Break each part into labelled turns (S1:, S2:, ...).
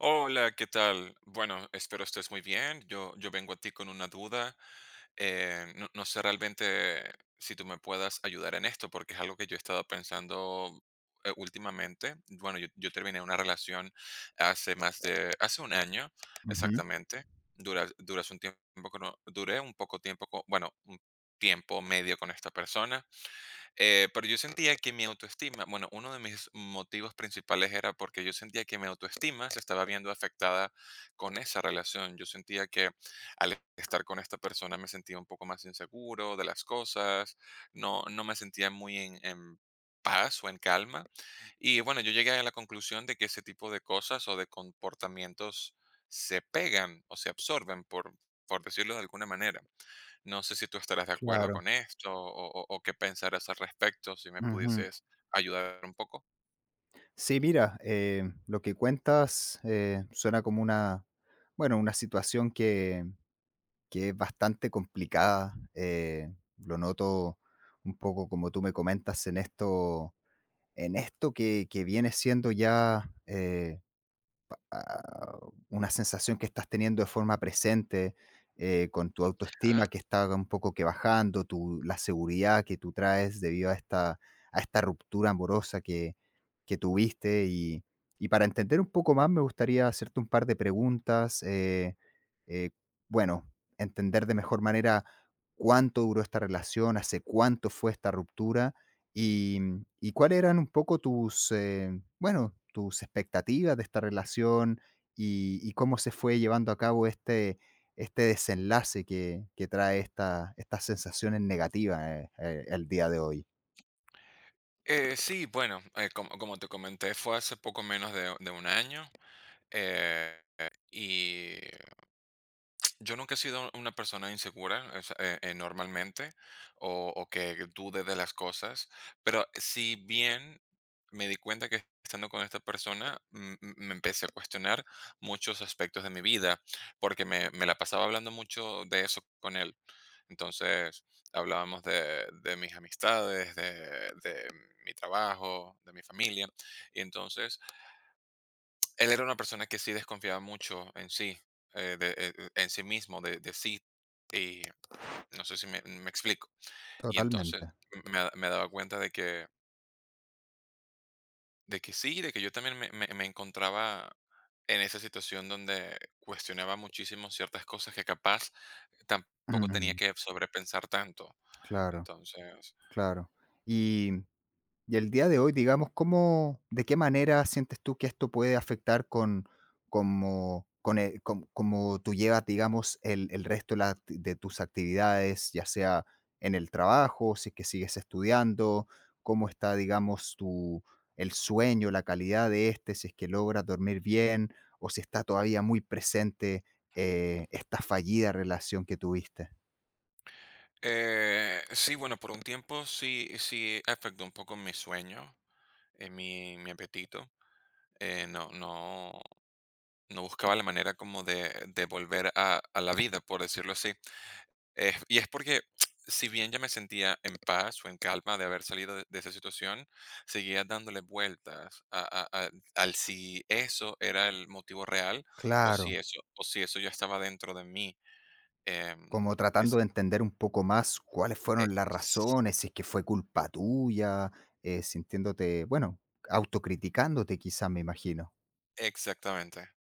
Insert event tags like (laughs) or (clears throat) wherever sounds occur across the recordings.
S1: Hola, ¿qué tal? Bueno, espero estés muy bien. Yo vengo a ti con una duda. No sé realmente si tú me puedas ayudar en esto, porque es algo que yo he estado pensando últimamente. Bueno, yo terminé una relación hace más hace un año
S2: Ujú,
S1: exactamente. Duras un tiempo, duré un poco tiempo, bueno, un tiempo medio con esta persona. Pero yo sentía que mi autoestima, bueno, uno de mis motivos principales era porque yo sentía que mi autoestima se estaba viendo afectada con esa relación. Yo sentía que al estar con esta persona me sentía un poco más inseguro de las cosas, no me sentía muy en paz o en calma. Y bueno, yo llegué a la conclusión de que ese tipo de cosas o de comportamientos se pegan o se absorben, por decirlo de alguna manera. No sé si tú estarás de acuerdo
S2: claro.
S1: con esto o qué pensarás al respecto, si me
S2: Ujú.
S1: pudieses ayudar un poco.
S2: Sí, mira, lo que cuentas suena como bueno, una situación que es bastante complicada. Lo noto un poco como tú me comentas en esto que viene siendo ya ah, una sensación que estás teniendo de forma presente, con tu
S1: Ajá.
S2: autoestima que está un poco que bajando, tu, la seguridad que tú traes debido a esta ruptura amorosa que tuviste. Y para entender un poco más, me gustaría hacerte un par de preguntas. Eh, bueno, entender de mejor manera cuánto duró esta relación, hace cuánto fue esta ruptura. ¿Y, y cuáles eran un poco tus, bueno, tus expectativas de esta relación y cómo se fue llevando a cabo este, este desenlace que trae esta, estas sensaciones negativas el día de hoy?
S1: Sí, bueno, como, como te comenté, fue hace poco menos de un año eh, y Yo nunca he sido una persona insegura, o sea, normalmente, o que dude de las cosas, pero si bien me di cuenta que estando con esta persona, me empecé a cuestionar muchos aspectos de mi vida, porque me la pasaba hablando mucho de eso con él. Entonces, hablábamos de mis amistades, de mi trabajo, de mi familia, y entonces él era una persona que sí desconfiaba mucho en sí, en sí mismo, de sí. Y no sé si me explico. Y entonces
S2: Totalmente.
S1: me daba cuenta de que sí, de que yo también me encontraba en esa situación donde cuestionaba muchísimo ciertas cosas que capaz tampoco tenía que
S2: (clears throat)
S1: sobrepensar tanto.
S2: Claro,
S1: Entonces,
S2: claro. Y Y el día de hoy, digamos, ¿cómo, de qué manera sientes tú que esto puede afectar como, con como tú llevas, digamos, el resto de, la de tus actividades, ya sea en el trabajo, si es que sigues estudiando, cómo está, digamos, tu, el sueño, la calidad de este, si es que logras dormir bien o si está todavía muy presente esta fallida relación que tuviste?
S1: sí, bueno, por un tiempo sí, sí afectó un poco mi sueño, mi, mi apetito. No. No buscaba la manera como de volver a la vida, por decirlo así. Y es porque, (tsk) si bien ya me sentía en paz o en calma de haber salido de esa situación, seguía dándole vueltas al si eso era el motivo real
S2: Claro.
S1: o si eso ya estaba dentro de mí. Em,
S2: Como tratando
S1: es-
S2: de entender un poco más cuáles
S1: eh,
S2: fueron las
S1: s-
S2: razones, si es que fue culpa tuya, sintiéndote, bueno, autocriticándote quizá, me imagino.
S1: Exactamente,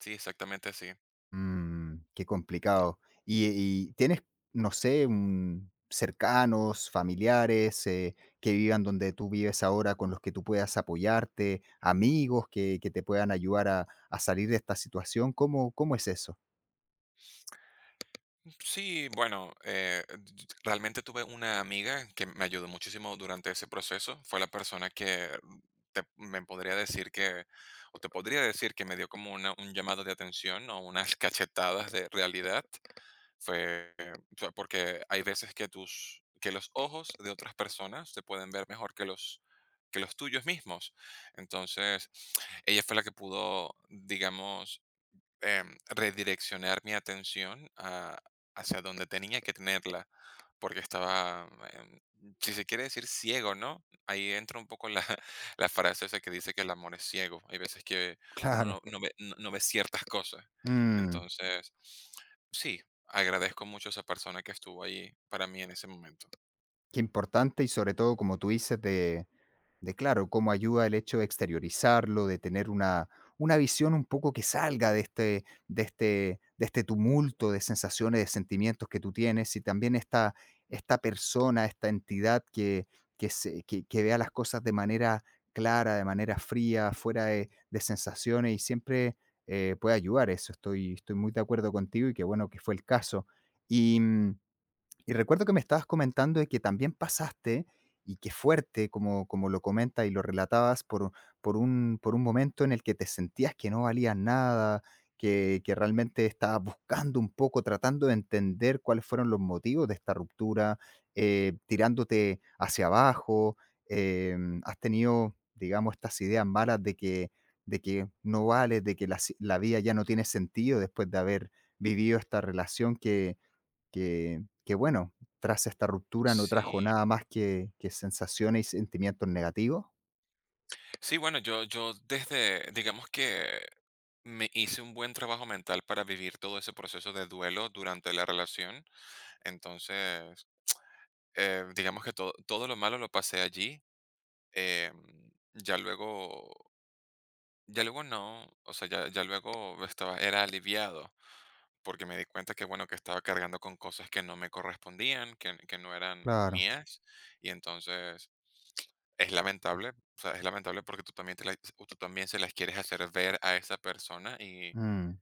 S1: sí, exactamente así.
S2: Mm, qué complicado. Y tienes, no sé, un- cercanos, familiares que vivan donde tú vives ahora, con los que tú puedas apoyarte, amigos que te puedan ayudar a salir de esta situación? ¿Cómo, cómo es eso?
S1: Sí, bueno, realmente tuve una amiga que me ayudó muchísimo durante ese proceso. Fue la persona me podría decir que, o te podría decir que me dio como un llamado de atención o unas (laughs) cachetadas de realidad. Fue, o sea, porque hay veces que que los ojos de otras personas te pueden ver mejor que los tuyos mismos. Entonces, ella fue la que pudo, digamos, redireccionar mi atención hacia donde tenía que tenerla, porque estaba, si se quiere decir ciego, ¿no? Ahí entra un poco la, (laughs) la frase esa que dice que el amor es ciego. Hay veces que uno
S2: Claro.
S1: no, no ve, no ve ciertas cosas.
S2: Mm.
S1: Entonces, sí, agradezco mucho a esa persona que estuvo ahí para mí en ese momento.
S2: Qué importante y sobre todo, como tú dices, de claro, cómo ayuda el hecho de exteriorizarlo, de tener una visión un poco que salga de este, de, este, de este tumulto de sensaciones, de sentimientos que tú tienes y también esta persona, esta entidad que, que vea las cosas de manera clara, de manera fría, fuera de sensaciones y siempre puede ayudar eso. Estoy, estoy muy de acuerdo contigo y qué bueno que fue el caso. Y y recuerdo que me estabas comentando de que también pasaste, y qué fuerte como, como lo comentas y lo relatabas, por un momento en el que te sentías que no valías nada, que realmente estabas buscando un poco, tratando de entender cuáles fueron los motivos de esta ruptura, tirándote hacia abajo, eh, has tenido, digamos, estas ideas malas de que no vales, de que la vida ya no tiene sentido después de haber vivido esta relación que, que bueno, tras esta ruptura no trajo
S1: Sí,
S2: nada más que sensaciones y sentimientos negativos.
S1: sí, bueno, yo desde, digamos que me hice un buen trabajo mental para vivir todo ese proceso de duelo durante la relación. Entonces, digamos que todo, todo lo malo lo pasé allí. eh, ya luego, ya luego no, o sea, ya luego estaba, era aliviado, porque me di cuenta que, bueno, que estaba cargando con cosas que no me correspondían, que no eran
S2: Claro,
S1: mías, y entonces es lamentable, o sea, es lamentable porque tú también, tú también se las quieres hacer ver a esa persona
S2: mm,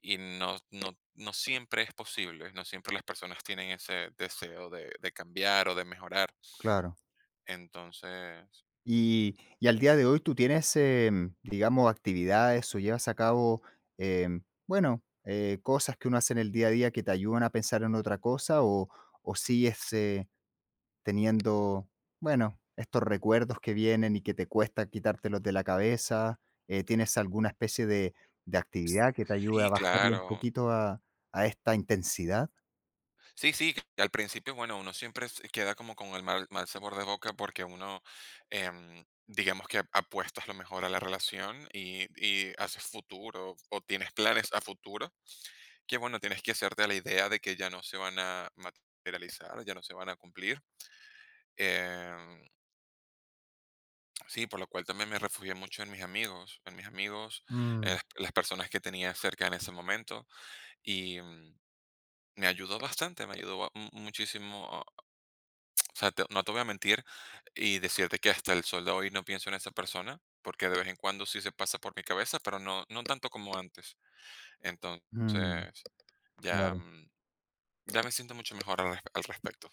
S1: y no, no siempre es posible, no siempre las personas tienen ese deseo de cambiar o de mejorar.
S2: claro.
S1: Entonces,
S2: Y al día de hoy tú tienes, em, digamos, actividades o llevas a cabo, em, bueno, cosas que uno hace en el día a día que te ayudan a pensar en otra cosa o sigues teniendo, bueno, estos recuerdos que vienen y que te cuesta quitártelos de la cabeza. ¿Tienes alguna especie de actividad que te ayude a
S1: sí,
S2: bajarle un
S1: claro.
S2: poquito a esta intensidad?
S1: Sí, sí, que al principio, bueno, uno siempre se queda como con el mal sabor de boca porque uno, digamos que apuestas lo mejor a la relación y haces futuro o tienes planes a futuro, que bueno, tienes que hacerte a la idea de que ya no se van a materializar, ya no se van a cumplir. Em, sí, por lo cual también me refugié mucho en mis amigos,
S2: Mm,
S1: las personas que tenía cerca en ese momento. Y, me ayudó bastante, me ayudó ba- mu- muchísimo. O sea, no te voy a mentir y decirte que hasta el sol de hoy no pienso en esa persona, porque de vez en cuando sí se pasa por mi cabeza, pero no, no tanto como antes. Entonces,
S2: mm,
S1: ya,
S2: claro.
S1: mm, ya me siento mucho mejor al respecto.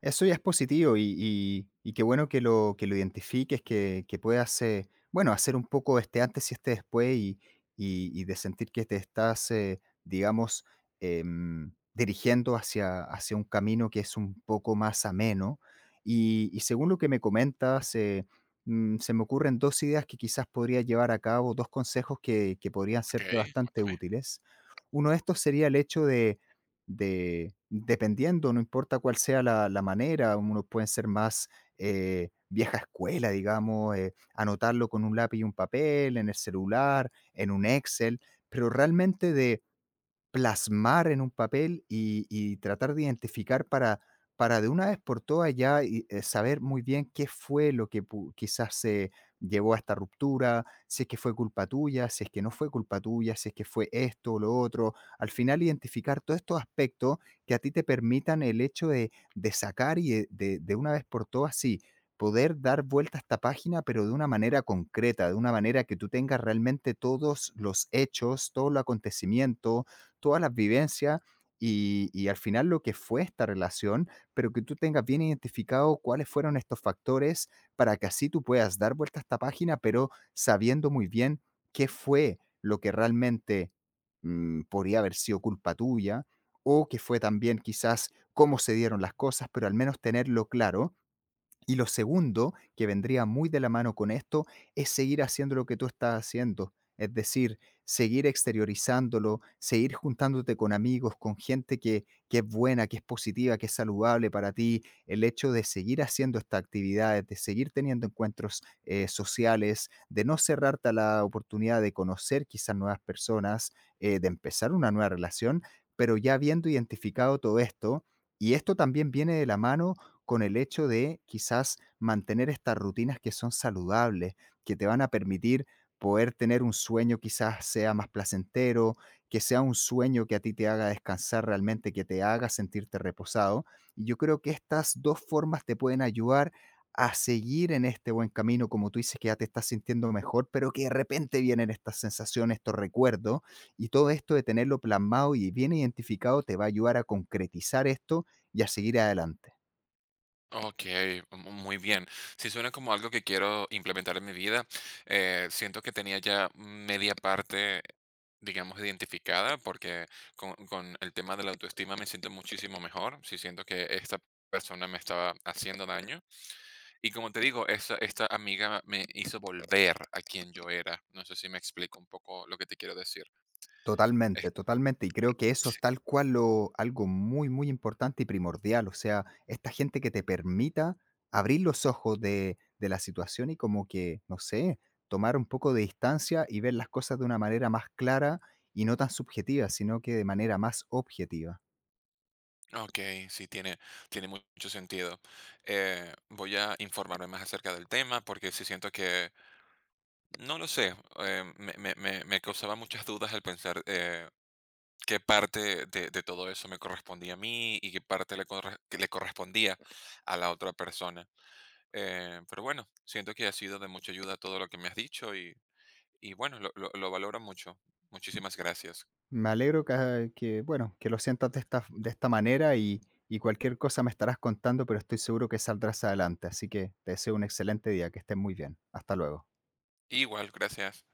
S2: Eso ya es positivo y, y qué bueno que lo identifiques, que puedas, bueno, hacer un poco este antes y este después y, y de sentir que te estás, digamos, em, dirigiendo hacia, hacia un camino que es un poco más ameno. Y según lo que me comentas, se me ocurren dos ideas que quizás podría llevar a cabo, dos consejos que podrían
S1: Ok,
S2: serte bastante
S1: cuéntame.
S2: útiles. Uno de estos sería el hecho de dependiendo, no importa cuál sea la, la manera, unos pueden ser más vieja escuela, digamos, anotarlo con un lápiz y un papel, en el celular, en un Excel, pero realmente de plasmar en un papel y tratar de identificar para de una vez por todas ya y, saber muy bien qué fue lo que pu quizás se llevó a esta ruptura, si es que fue culpa tuya, si es que no fue culpa tuya, si es que fue esto o lo otro. Al final, identificar todos estos aspectos que a ti te permitan el hecho de sacar y de una vez por todas, sí, poder dar vuelta a esta página, pero de una manera concreta, de una manera que tú tengas realmente todos los hechos, todo el acontecimiento, todas las vivencias y al final lo que fue esta relación, pero que tú tengas bien identificado cuáles fueron estos factores para que así tú puedas dar vuelta a esta página, pero sabiendo muy bien qué fue lo que realmente podría haber sido culpa tuya o que fue también quizás cómo se dieron las cosas, pero al menos tenerlo claro. Y lo segundo, que vendría muy de la mano con esto, es seguir haciendo lo que tú estás haciendo. Es decir, seguir exteriorizándolo, seguir juntándote con amigos, con gente que es buena, que es positiva, que es saludable para ti. El hecho de seguir haciendo estas actividades, de seguir teniendo encuentros sociales, de no cerrarte a la oportunidad de conocer quizás nuevas personas, de empezar una nueva relación, pero ya habiendo identificado todo esto, y esto también viene de la mano con el hecho de quizás mantener estas rutinas que son saludables, que te van a permitir poder tener un sueño quizás sea más placentero, que sea un sueño que a ti te haga descansar realmente, que te haga sentirte reposado. Y yo creo que estas dos formas te pueden ayudar a seguir en este buen camino, como tú dices, que ya te estás sintiendo mejor, pero que de repente vienen estas sensaciones, estos recuerdos, y todo esto de tenerlo plasmado y bien identificado te va a ayudar a concretizar esto y a seguir adelante.
S1: Ok, muy bien. Sí suena como algo que quiero implementar en mi vida. Siento que tenía ya media parte, digamos, identificada, porque con el tema de la autoestima me siento muchísimo mejor. Sí siento que esta persona me estaba haciendo daño. Y como te digo, esta amiga me hizo volver a quien yo era. No sé si me explico un poco lo que te quiero decir. Es-
S2: Totalmente, totalmente. Y creo que eso es tal cual lo algo muy, muy importante y primordial. O sea, esta gente que te permita abrir los ojos de la situación y como que, no sé, tomar un poco de distancia y ver las cosas de una manera más clara y no tan subjetiva, sino que de manera más objetiva.
S1: Ok, sí, tiene, tiene mucho sentido. Voy a informarme más acerca del tema porque sí siento que no lo sé, me causaba muchas dudas al pensar qué parte de todo eso me correspondía a mí y qué parte que le correspondía a la otra persona. Pero bueno, siento que ha sido de mucha ayuda todo lo que me has dicho y bueno, lo valoro mucho. Muchísimas gracias.
S2: Me alegro que, bueno, que lo sientas de esta manera y cualquier cosa me estarás contando, pero estoy seguro que saldrás adelante. Así que te deseo un excelente día, que estés muy bien. Hasta luego.
S1: Igual, gracias.